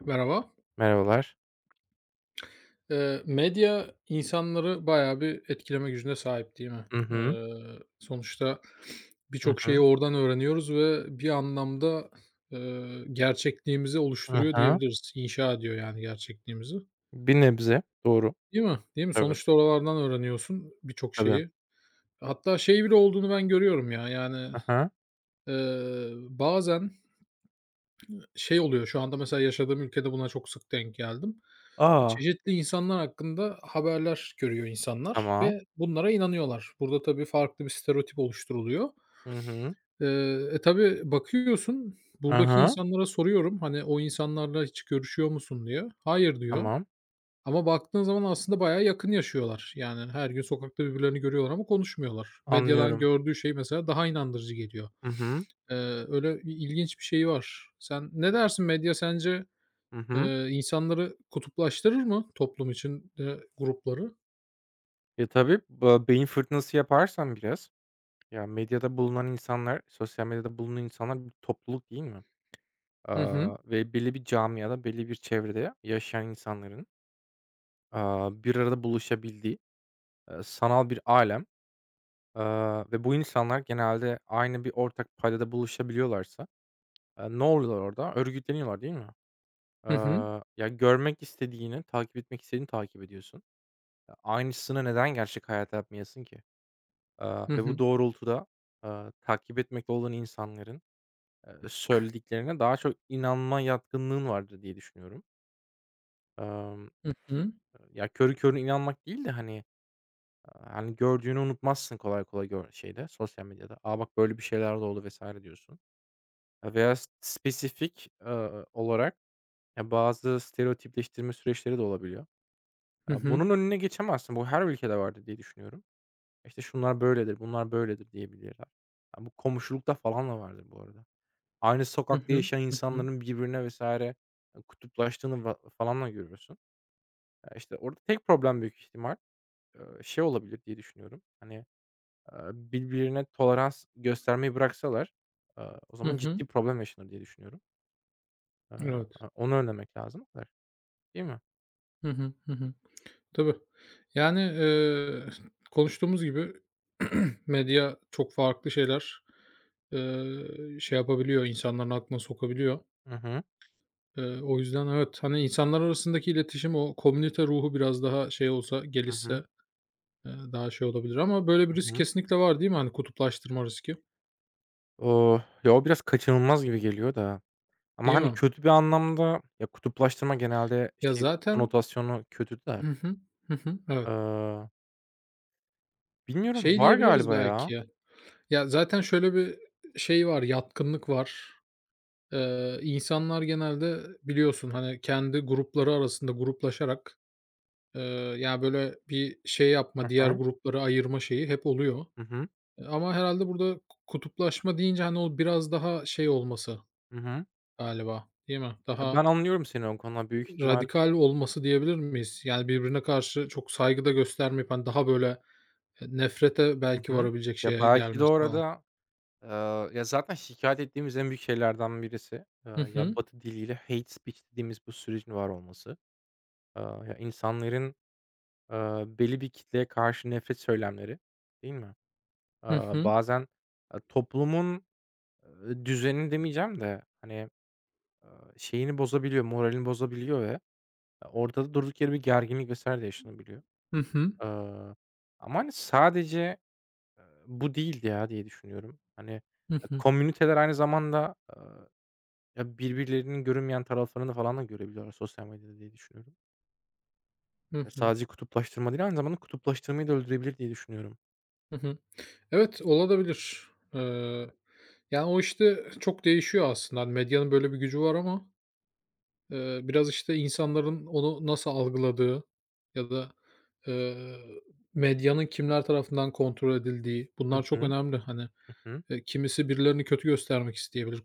Merhaba. Merhabalar. Medya insanları bayağı bir etkileme gücüne sahip değil mi? Hı hı. Eee, Sonuçta Hı birçok şeyi hı. oradan öğreniyoruz ve bir anlamda, gerçekliğimizi oluşturuyor Hı diyebiliriz. İnşa ediyor yani gerçekliğimizi. Bir nebze. Doğru. Değil mi? Değil mi? Tabii, Sonuçta oralardan öğreniyorsun birçok tabii. şeyi. Hatta şey bile olduğunu ben görüyorum ya, yani, Hı hı. Bazen şey oluyor, şu anda mesela yaşadığım ülkede buna çok sık denk geldim. Çeşitli insanlar hakkında haberler görüyor insanlar Tamam. ve bunlara inanıyorlar. Burada tabii farklı bir stereotip oluşturuluyor. Hı hı. Tabii bakıyorsun, buradaki Hı insanlara soruyorum, hani, "O insanlarla hiç görüşüyor musun?" diye. "Hayır." diyor Tamam. ama baktığın zaman aslında bayağı yakın yaşıyorlar. Yani her gün sokakta birbirlerini görüyorlar ama konuşmuyorlar. Medyadan Anlıyorum. gördüğü şey mesela daha inandırıcı geliyor. Hı hı. Eee, Öyle bir ilginç bir şey var. Sen ne dersin medya sence Hı hı. İnsanları kutuplaştırır mı toplum içinde grupları? Ya, tabii, beyin fırtınası yaparsan biraz, ya, medyada bulunan insanlar, sosyal medyada bulunan insanlar bir topluluk değil mi? Hı hı. Ve belli bir camiada, belli bir çevrede yaşayan insanların, bir arada buluşabildiği, sanal bir alem. Ve bu insanlar genelde aynı bir ortak paydada buluşabiliyorlarsa ne oluyorlar orada? Örgütleniyorlar, değil mi? Eee, Hı hı. ya, görmek istediğini, takip etmek istediğini takip ediyorsun. E, aynısını neden gerçek hayata yapmayasın ki? Hı Ve bu hı. doğrultuda, takip etmekte olan insanların, söylediklerine daha çok inanma yatkınlığın vardır diye düşünüyorum. Emm, Hı hı. ya, körü körüne inanmak değil de, hani, hani, gördüğünü unutmazsın kolay kolay gör şeyde, sosyal medyada. Aa bak, böyle bir şeyler de oldu." vesaire diyorsun. Veya spesifik olarak. Ya, bazı stereotipleştirme süreçleri de olabiliyor. Hı Ya, hı. bunun önüne geçemezsin. Bu her ülkede vardır diye düşünüyorum. İşte, şunlar böyledir, bunlar böyledir diyebilirler. Ya, bu komşulukta falan da vardır bu arada. Aynı Hı sokakta hı. yaşayan Hı hı. insanların birbirine vesaire kutuplaştığını falan da görüyorsun. Ya, işte, orada tek problem büyük ihtimal, şey olabilir diye düşünüyorum. Hani, birbirine tolerans göstermeyi bıraksalar, eee, o Hı zaman hı. ciddi problem yaşanır diye düşünüyorum. Eee, Evet. onu önlemek lazım o kadar, değil mi? Hı hı. Hı hı. Tabii. Yani, konuştuğumuz gibi medya çok farklı şeyler, şey yapabiliyor, insanların aklına sokabiliyor. Hı hı. O yüzden evet, hani, insanlar arasındaki iletişim, o komünite ruhu biraz daha şey olsa, Hı hı. gelişse, daha şey olabilir ama böyle bir Hı risk hı. kesinlikle var değil mi? Hani, kutuplaştırma riski. Ya, o biraz kaçınılmaz gibi geliyor da ama, Değil hani, mi? kötü bir anlamda ya, kutuplaştırma genelde Ya, şey zaten konotasyonu kötü de, Hı hı. Hı hı. Evet. eee, bilmiyorum, Şey var diyebiliriz galiba ya. belki ya, ya, zaten şöyle bir şey var, yatkınlık var. İnsanlar genelde biliyorsun, hani, kendi grupları arasında gruplaşarak, eee, ya, böyle bir şey yapma, Hı diğer hı. grupları ayırma şeyi hep oluyor. Hı hı. Ama herhalde burada kutuplaşma deyince, hani, o biraz daha şey olması Hı hı. galiba, değil mi? Ya, Daha ben anlıyorum seni o konuda büyük ihtimal. radikal olması diyebilir miyiz? Yani, birbirine karşı çok saygı da göstermeyip, hani, daha böyle, nefrete Hı belki hı. varabilecek Ya, şeye belki de gelmesi falan. orada, eee, ya, zaten şikayet ettiğimiz en büyük şeylerden birisi, Hı ya, hı. Batı diliyle hate speech dediğimiz bu sürecin var olması. Ya, insanların, belli bir kitleye karşı nefret söylemleri, değil mi? Hı Aaa, hı. bazen, toplumun, düzenini demeyeceğim de, hani, eee, şeyini bozabiliyor, moralini bozabiliyor ve orada da durduk yere bir gerginlik vs. de yaşanabiliyor. Hı hı. Eee, ama, hani, sadece, bu değildi ya diye düşünüyorum. Hani, Hı hı. komüniteler aynı zamanda, ya birbirlerinin görünmeyen taraflarını falan da görebiliyorlar sosyal medyada diye düşünüyorum. Hı Ya hı. sadece kutuplaştırma değil, aynı zamanda kutuplaştırmayı da öldürebilir diye düşünüyorum. Hı hı. Evet, olabilir. Eee, Yani, o, işte, çok değişiyor aslında. Hani, medyanın böyle bir gücü var ama, biraz, işte, insanların onu nasıl algıladığı ya da, eee, medyanın kimler tarafından kontrol edildiği Hı bunlar çok hı. önemli, hani. Hı hı. Kimisi birilerini kötü göstermek isteyebilir,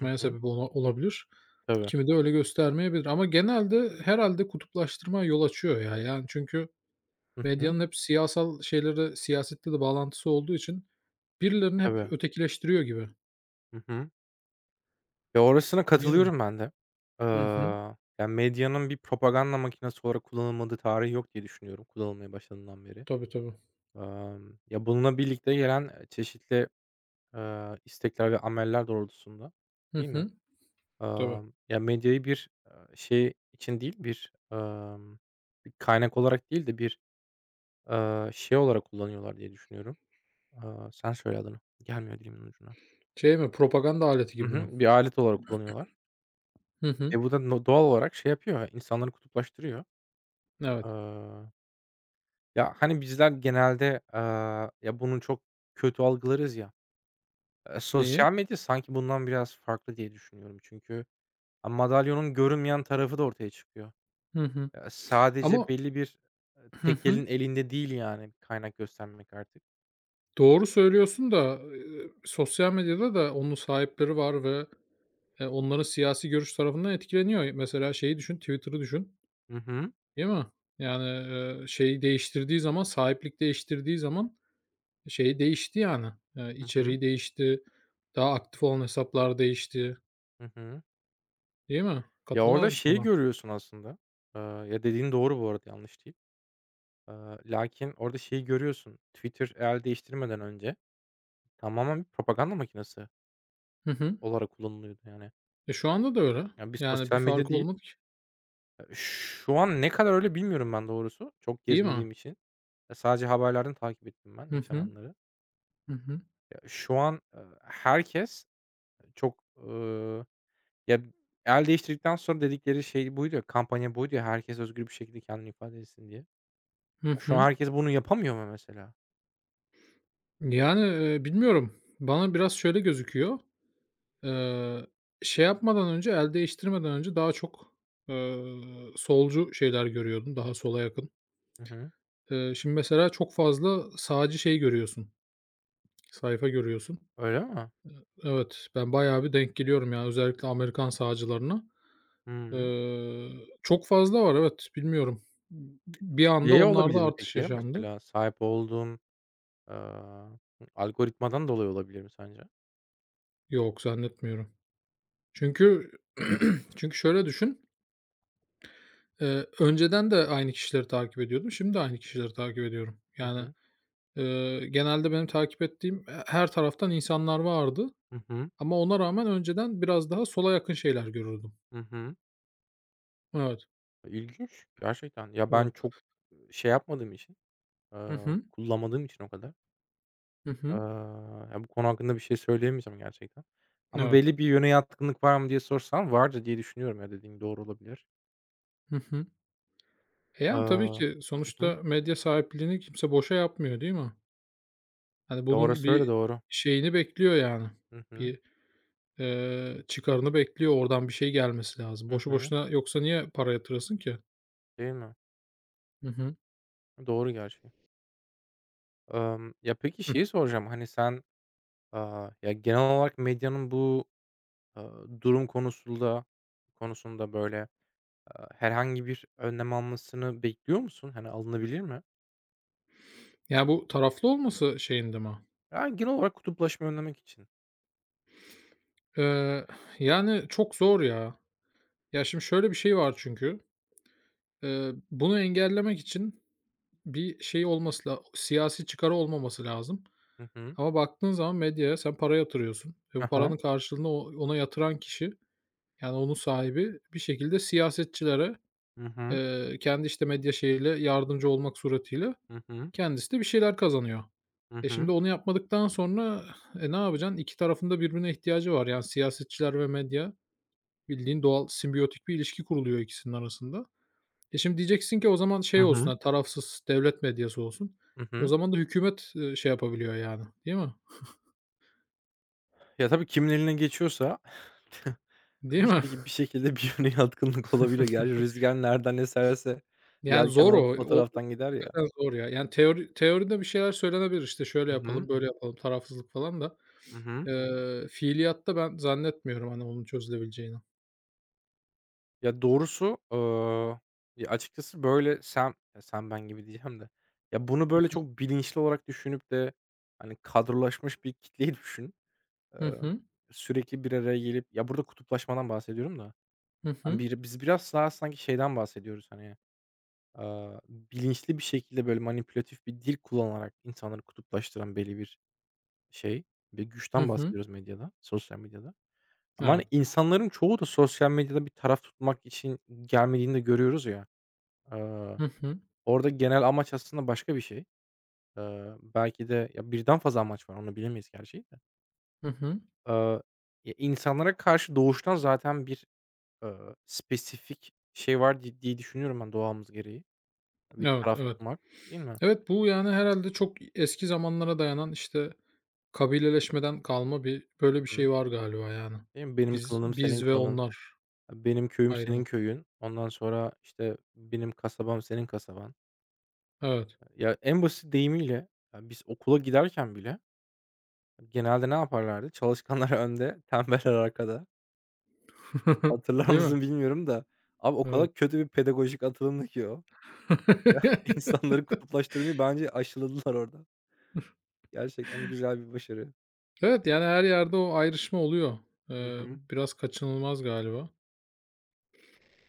Hı hı. sebep olabilir. Tabii. Kimi de öyle göstermeyebilir ama genelde herhalde kutuplaştırmaya yol açıyor ya. Yani çünkü Hı hı. medyanın hep siyasal şeyleri siyasetle de bağlantısı olduğu için birilerini Tabii. hep ötekileştiriyor gibi, Hı hı. Ya, orasına değil mi? katılıyorum ben de. Hı hı. Ya, medyanın bir propaganda makinesi olarak kullanılmadığı tarih yok diye düşünüyorum kullanılmaya başladığından beri. Tabii, tabii. Ya, bununla birlikte gelen, çeşitli, istekler ve ameller doğrultusunda, Hı değil mi? hı. Tabii. Ya, medyayı bir, şey için değil, bir, bir kaynak olarak değil de bir, şey olarak kullanıyorlar diye düşünüyorum. Sen söyle adını. Gelmiyor dilimin ucuna. Şey mi, propaganda aleti Hı gibi mi? hı. Bir alet olarak kullanıyorlar. Hı hı. E, bu da no doğal olarak şey yapıyor, insanları kutuplaştırıyor. Evet. Eee, ya, hani, bizler genelde, ya, bunu çok kötü algılarız ya. Eee, Neyi? sosyal medya sanki bundan biraz farklı diye düşünüyorum. Çünkü, madalyonun görünmeyen tarafı da ortaya çıkıyor. Hı hı. Sadece Ama belli bir, Hı hı. tekelin elinde değil, yani, kaynak göstermek artık. Doğru söylüyorsun da, sosyal medyada da onun sahipleri var ve, onların siyasi görüş tarafından etkileniyor. Mesela şeyi düşün, Twitter'ı düşün, Hı hı. değil mi? Yani, şeyi değiştirdiği zaman, sahiplik değiştirdiği zaman şey değişti yani, Hı hı. içeriği değişti, daha aktif olan hesaplar değişti, Hı hı. değil mi? Ya, orada Katılmaz mısın şeyi buna? görüyorsun aslında. Ya, dediğin doğru bu arada, yanlış değil. Eee, lakin orada şeyi görüyorsun. Twitter el değiştirmeden önce tamamen bir propaganda makinesi Hı hı. olarak kullanılıyordu, yani. E, şu anda da öyle. Ya, bir Yani bir sosyal medya farkı değil. olmadı ki, Ya, şu an ne kadar öyle bilmiyorum ben doğrusu, çok değil mi? gezmediğim için. Ya, sadece haberlerden takip ettim ben Hı hı. yaşananları. Hı hı. Ya, şu an, herkes çok, ya, el değiştirdikten sonra dedikleri şey buydu ya, kampanya buydu ya, herkes özgür bir şekilde kendini ifade etsin diye. Hı Şu an hı. herkes bunu yapamıyor mu mesela? Yani, bilmiyorum. Bana biraz şöyle gözüküyor. Eee, Şey yapmadan önce, el değiştirmeden önce daha çok, eee, solcu şeyler görüyordum, daha sola yakın. Hı hı. Şimdi mesela çok fazla sağcı şey görüyorsun, sayfa görüyorsun. Öyle mi? Evet, ben bayağı bir denk geliyorum ya, özellikle Amerikan sağcılarına. Hı. Eee, Çok fazla var, evet, bilmiyorum. Bir anda Şey olabilir onlarda mi artış peki? yaşandı. Mesela sahip olduğum aaa, algoritmadan dolayı olabilir mi sence? Yok, zannetmiyorum. Çünkü şöyle düşün, önceden de aynı kişileri takip ediyordum, şimdi de aynı kişileri takip ediyorum. Hı Yani hı. Genelde benim takip ettiğim, her taraftan insanlar vardı Hı hı. ama ona rağmen önceden biraz daha sola yakın şeyler görürdüm. Hı hı. Evet, İlginç gerçekten. Ya, ben evet. çok, şey yapmadığım için, Hı hı, kullanmadığım için o kadar, hı eee, hı. ya, bu konu hakkında bir şey söyleyemeyeceğim gerçekten. Ama Evet. belli bir yöne yatkınlık var mı diye sorsan vardır diye düşünüyorum ya, dediğin doğru olabilir. Hı hı. E, yani, tabii Hı ki hı. sonuçta medya sahipliğini kimse boşa yapmıyor, değil mi? Hani, E, bunun orası öyle bir doğru. şeyini bekliyor, yani. Hı hı. Bir, çıkarını bekliyor, oradan bir şey gelmesi lazım. Hı Boşu hı. boşuna yoksa niye para yatırasın ki? Değil mi? Hı hı. Doğru gerçi. Ya, peki Hıh. şeyi soracağım, hani, sen, ya, genel olarak medyanın bu, eee, durum konusunda böyle herhangi bir önlem almasını bekliyor musun? Hani, alınabilir mi? Ya, bu taraflı olması şeyinde mi? Ya, genel olarak kutuplaşmayı önlemek için. Eee, Yani, çok zor ya. Ya, şimdi şöyle bir şey var çünkü, bunu engellemek için bir şey olması siyasi çıkarı olmaması lazım Hı hı. ama baktığın zaman medyaya sen para yatırıyorsun ve Hı bu hı. paranın karşılığında ona yatıran kişi, yani, onun sahibi bir şekilde siyasetçilere, Hı hı. Kendi, işte, medya şeyiyle yardımcı olmak suretiyle Hı hı. kendisi de bir şeyler kazanıyor. Hı E, hı. şimdi onu yapmadıktan sonra, e, ne yapacaksın? 2 tarafında birbirine ihtiyacı var. Yani, siyasetçiler ve medya bildiğin doğal simbiyotik bir ilişki kuruluyor ikisinin arasında. E, şimdi diyeceksin ki o zaman Hı şey olsun, hı. hani, tarafsız devlet medyası olsun. Hı E, o hı. zaman da hükümet, şey yapabiliyor yani, değil mi? Ya, tabii kimin eline geçiyorsa Değil bir mi? Bir şekilde bir yöne yatkınlık olabiliyor. Gerçi rüzgar nereden eserse Yani yelken zor o. o O taraftan gider ya. hakikaten zor ya. Yani teoride bir şeyler söylenebilir, işte, şöyle Hı hı. yapalım, böyle yapalım, tarafsızlık falan da, Hı hı. Fiiliyatta ben zannetmiyorum, hani, onun çözülebileceğini. Ya, doğrusu, ya, açıkçası, böyle, sen ben gibi diyeceğim de, ya, bunu, böyle, çok bilinçli olarak düşünüp de, hani, kadrolaşmış bir kitleyi düşün. Hı Emm, hı. sürekli bir araya gelip ya, burada kutuplaşmadan bahsediyorum da, Hı hani, hı. bir biz biraz daha sanki şeyden bahsediyoruz, hani, bilinçli bir şekilde, böyle, manipülatif bir dil kullanarak insanları kutuplaştıran belli bir şey ve Hı güçten hı. bahsediyoruz medyada, sosyal medyada. Ama, hani, Evet. insanların çoğu da sosyal medyada bir taraf tutmak için gelmediğini de görüyoruz ya. Aaa, Hı hı. orada genel amaç aslında başka bir şey. Belki de ya, birden fazla amaç var, onu bilemeyiz gerçeği de. Hı hı. Aaa, ya, insanlara karşı doğuştan zaten bir spesifik şey var diye düşünüyorum ben doğamız gereği. Bir Evet, taraf evet. tutmak, değil mi? Evet, bu yani herhalde çok eski zamanlara dayanan, işte kabileleşmeden kalma bir böyle bir Hı hı. şey var galiba yani. Değil mi? Benim klanım senin Biz ve klanın, onlar benim köyüm ayrımı. senin köyün, ondan sonra, işte, benim kasabam senin kasaban. Evet. Ya, en basit deyimiyle, ya, biz okula giderken bile genelde ne yaparlardı? Çalışkanlar önde, tembeller arkada. Hatırlar Değil mi? mısın bilmiyorum da abi o Evet. kadar kötü bir pedagojik atılımdı ki o. Ya, insanları kutuplaştırmayı bence aşıladılar orada. Gerçekten güzel bir başarı. Evet, yani her yerde o ayrışma oluyor. Hı Eee, hı. Biraz kaçınılmaz galiba.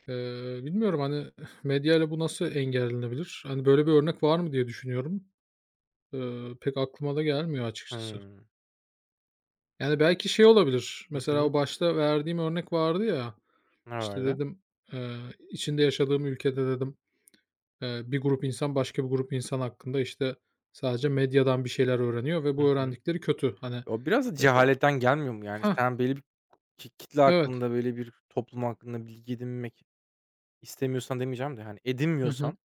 Bilmiyorum, hani, medyayla bu nasıl engellenebilir? Hani, böyle bir örnek var mı diye düşünüyorum. Pek aklıma da gelmiyor açıkçası. Hıı. Yani, belki şey olabilir, Hı mesela hı. o başta verdiğim örnek vardı ya, Ne işte, vardı? dedim, eee, içinde yaşadığım ülkede dedim bir grup insan başka bir grup insan hakkında, işte, sadece medyadan bir şeyler öğreniyor ve bu Hı hı. öğrendikleri kötü. Hani, O biraz da o cehaletten gelmiyor mu? Yani Hah, sen belli bir kitle evet. hakkında, böyle bir toplum hakkında bilgi edinmek istemiyorsan demeyeceğim de, hani, Hı hı. edinmiyorsan,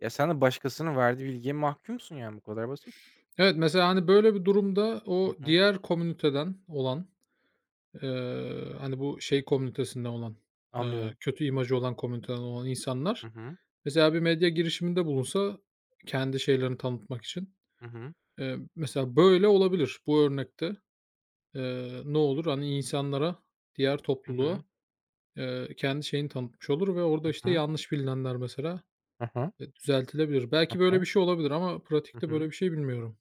ya, sen de başkasının verdiği bilgiye mahkumsun, yani, bu kadar basit. Evet, mesela, hani, böyle bir durumda Hı o hı. diğer komüniteden olan, hani, bu şey komünitesinden olan, Anlıyorum. kötü imajı olan komüniteden olan Hı insanlar hı. mesela bir medya girişiminde bulunsa kendi şeylerini tanıtmak için, Hı hı. Mesela böyle olabilir. Bu örnekte, ne olur? Hani, insanlara, diğer Hı topluluğa hı. Kendi şeyini tanıtmış olur ve orada, Hı işte, hı. yanlış bilinenler mesela, Hı hı. Düzeltilebilir. Hı Belki böyle hı. bir şey olabilir ama Hı pratikte böyle hı. bir şey bilmiyorum.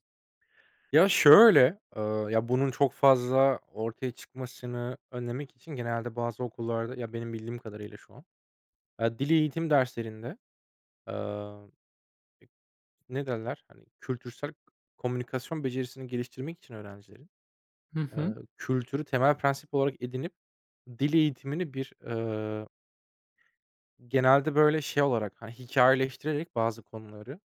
Ya, şöyle, ya, bunun çok fazla ortaya çıkmasını önlemek için genelde bazı okullarda, ya, benim bildiğim kadarıyla şu an, dil eğitim derslerinde, ne derler? Hani, kültürsel komünikasyon becerisini geliştirmek için öğrencilerin, Hı eee, hı. kültürü temel prensip olarak edinip dil eğitimini bir, genelde, böyle, şey olarak, hani, hikayeleştirerek bazı konuları,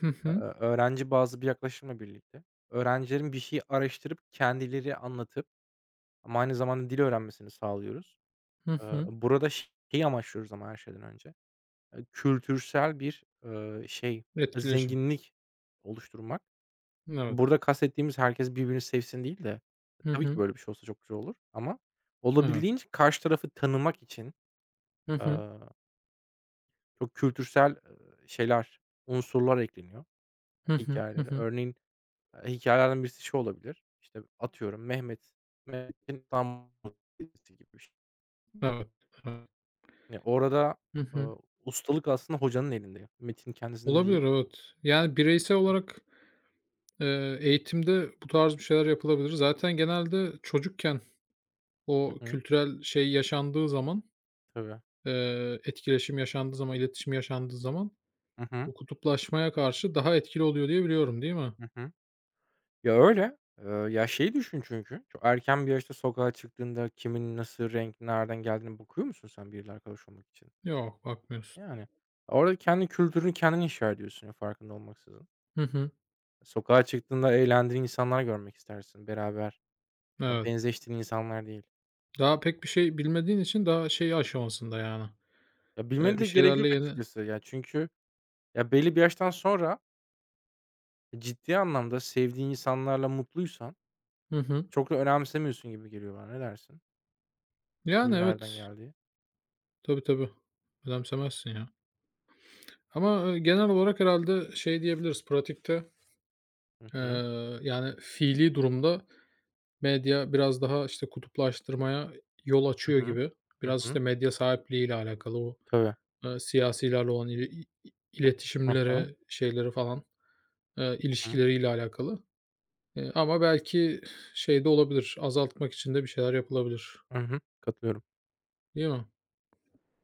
Hı eee, hı. öğrenci bazı bir yaklaşımla birlikte öğrencilerin bir şeyi araştırıp kendileri anlatıp ama aynı zamanda dil öğrenmesini sağlıyoruz. Hı Eee, hı. burada şeyi amaçlıyoruz ama her şeyden önce, kültürsel bir, şey, Etkileşim. zenginlik oluşturmak. Evet. Burada kastettiğimiz herkes birbirini sevsin değil de Hı tabii ki hı. böyle bir şey olsa çok güzel olur ama Evet. olabildiğince karşı tarafı tanımak için, Hı hı. eee, çok kültürsel, şeyler, unsurlar ekleniyor Hı hı. Hı hikayelere. hı. Örneğin, hikâyelerden birisi şu olabilir, işte, atıyorum Mehmet'in tam gibi bir şey. Evet. Evet. Hani, orada, Hı eee, hı. ustalık aslında hocanın elinde. Metin kendisinde değil. Olabilir, evet. Yani bireysel olarak, eğitimde bu tarz bir şeyler yapılabilir. Zaten genelde çocukken Hı o hı. kültürel şey yaşandığı zaman, Tabii. Etkileşim yaşandığı zaman, iletişim yaşandığı zaman Hı hı. bu kutuplaşmaya karşı daha etkili oluyor diye biliyorum, değil mi? Hı hı. Ya, öyle. Ya, şeyi düşün çünkü çok erken bir yaşta sokağa çıktığında kimin nasıl renk nereden geldiğine bakıyor musun sen biriyle arkadaş olmak için? Yok, bakmıyorsun. Yani, orada kendi kültürünü kendin inşa ediyorsun ya farkında olmaksızın. Hı hı. Sokağa çıktığında eğlendiğin insanlar görmek istersin beraber, Evet. benzeştiğin insanlar değil. Daha pek bir şey bilmediğin için daha şey aşamasında yani. Ya, bilmene Bir de gerek şeylerle yok yeni açıkçası ya çünkü ya belli bir yaştan sonra ciddi anlamda sevdiğin insanlarla mutluysan Hı hı. çok da önemsemiyorsun gibi geliyor bana. Ne dersin? Yani Kimin nereden evet. geldiği? Tabii, tabii. Önemsemezsin ya. Ama, genel olarak herhalde şey diyebiliriz pratikte, Hı hı. eee, yani fiilî durumda medya biraz daha, işte, kutuplaştırmaya yol Hı açıyor hı. gibi. Hı Biraz, hı. işte, medya sahipliğiyle alakalı o, Tabii. Siyasilerle olan ili i Hı hı. iletişimlere, şeyleri falan Hı hı. ilişkileriyle alakalı. Ama belki şey de olabilir, azaltmak için de bir şeyler yapılabilir, Hı hı. Katılıyorum. değil mi?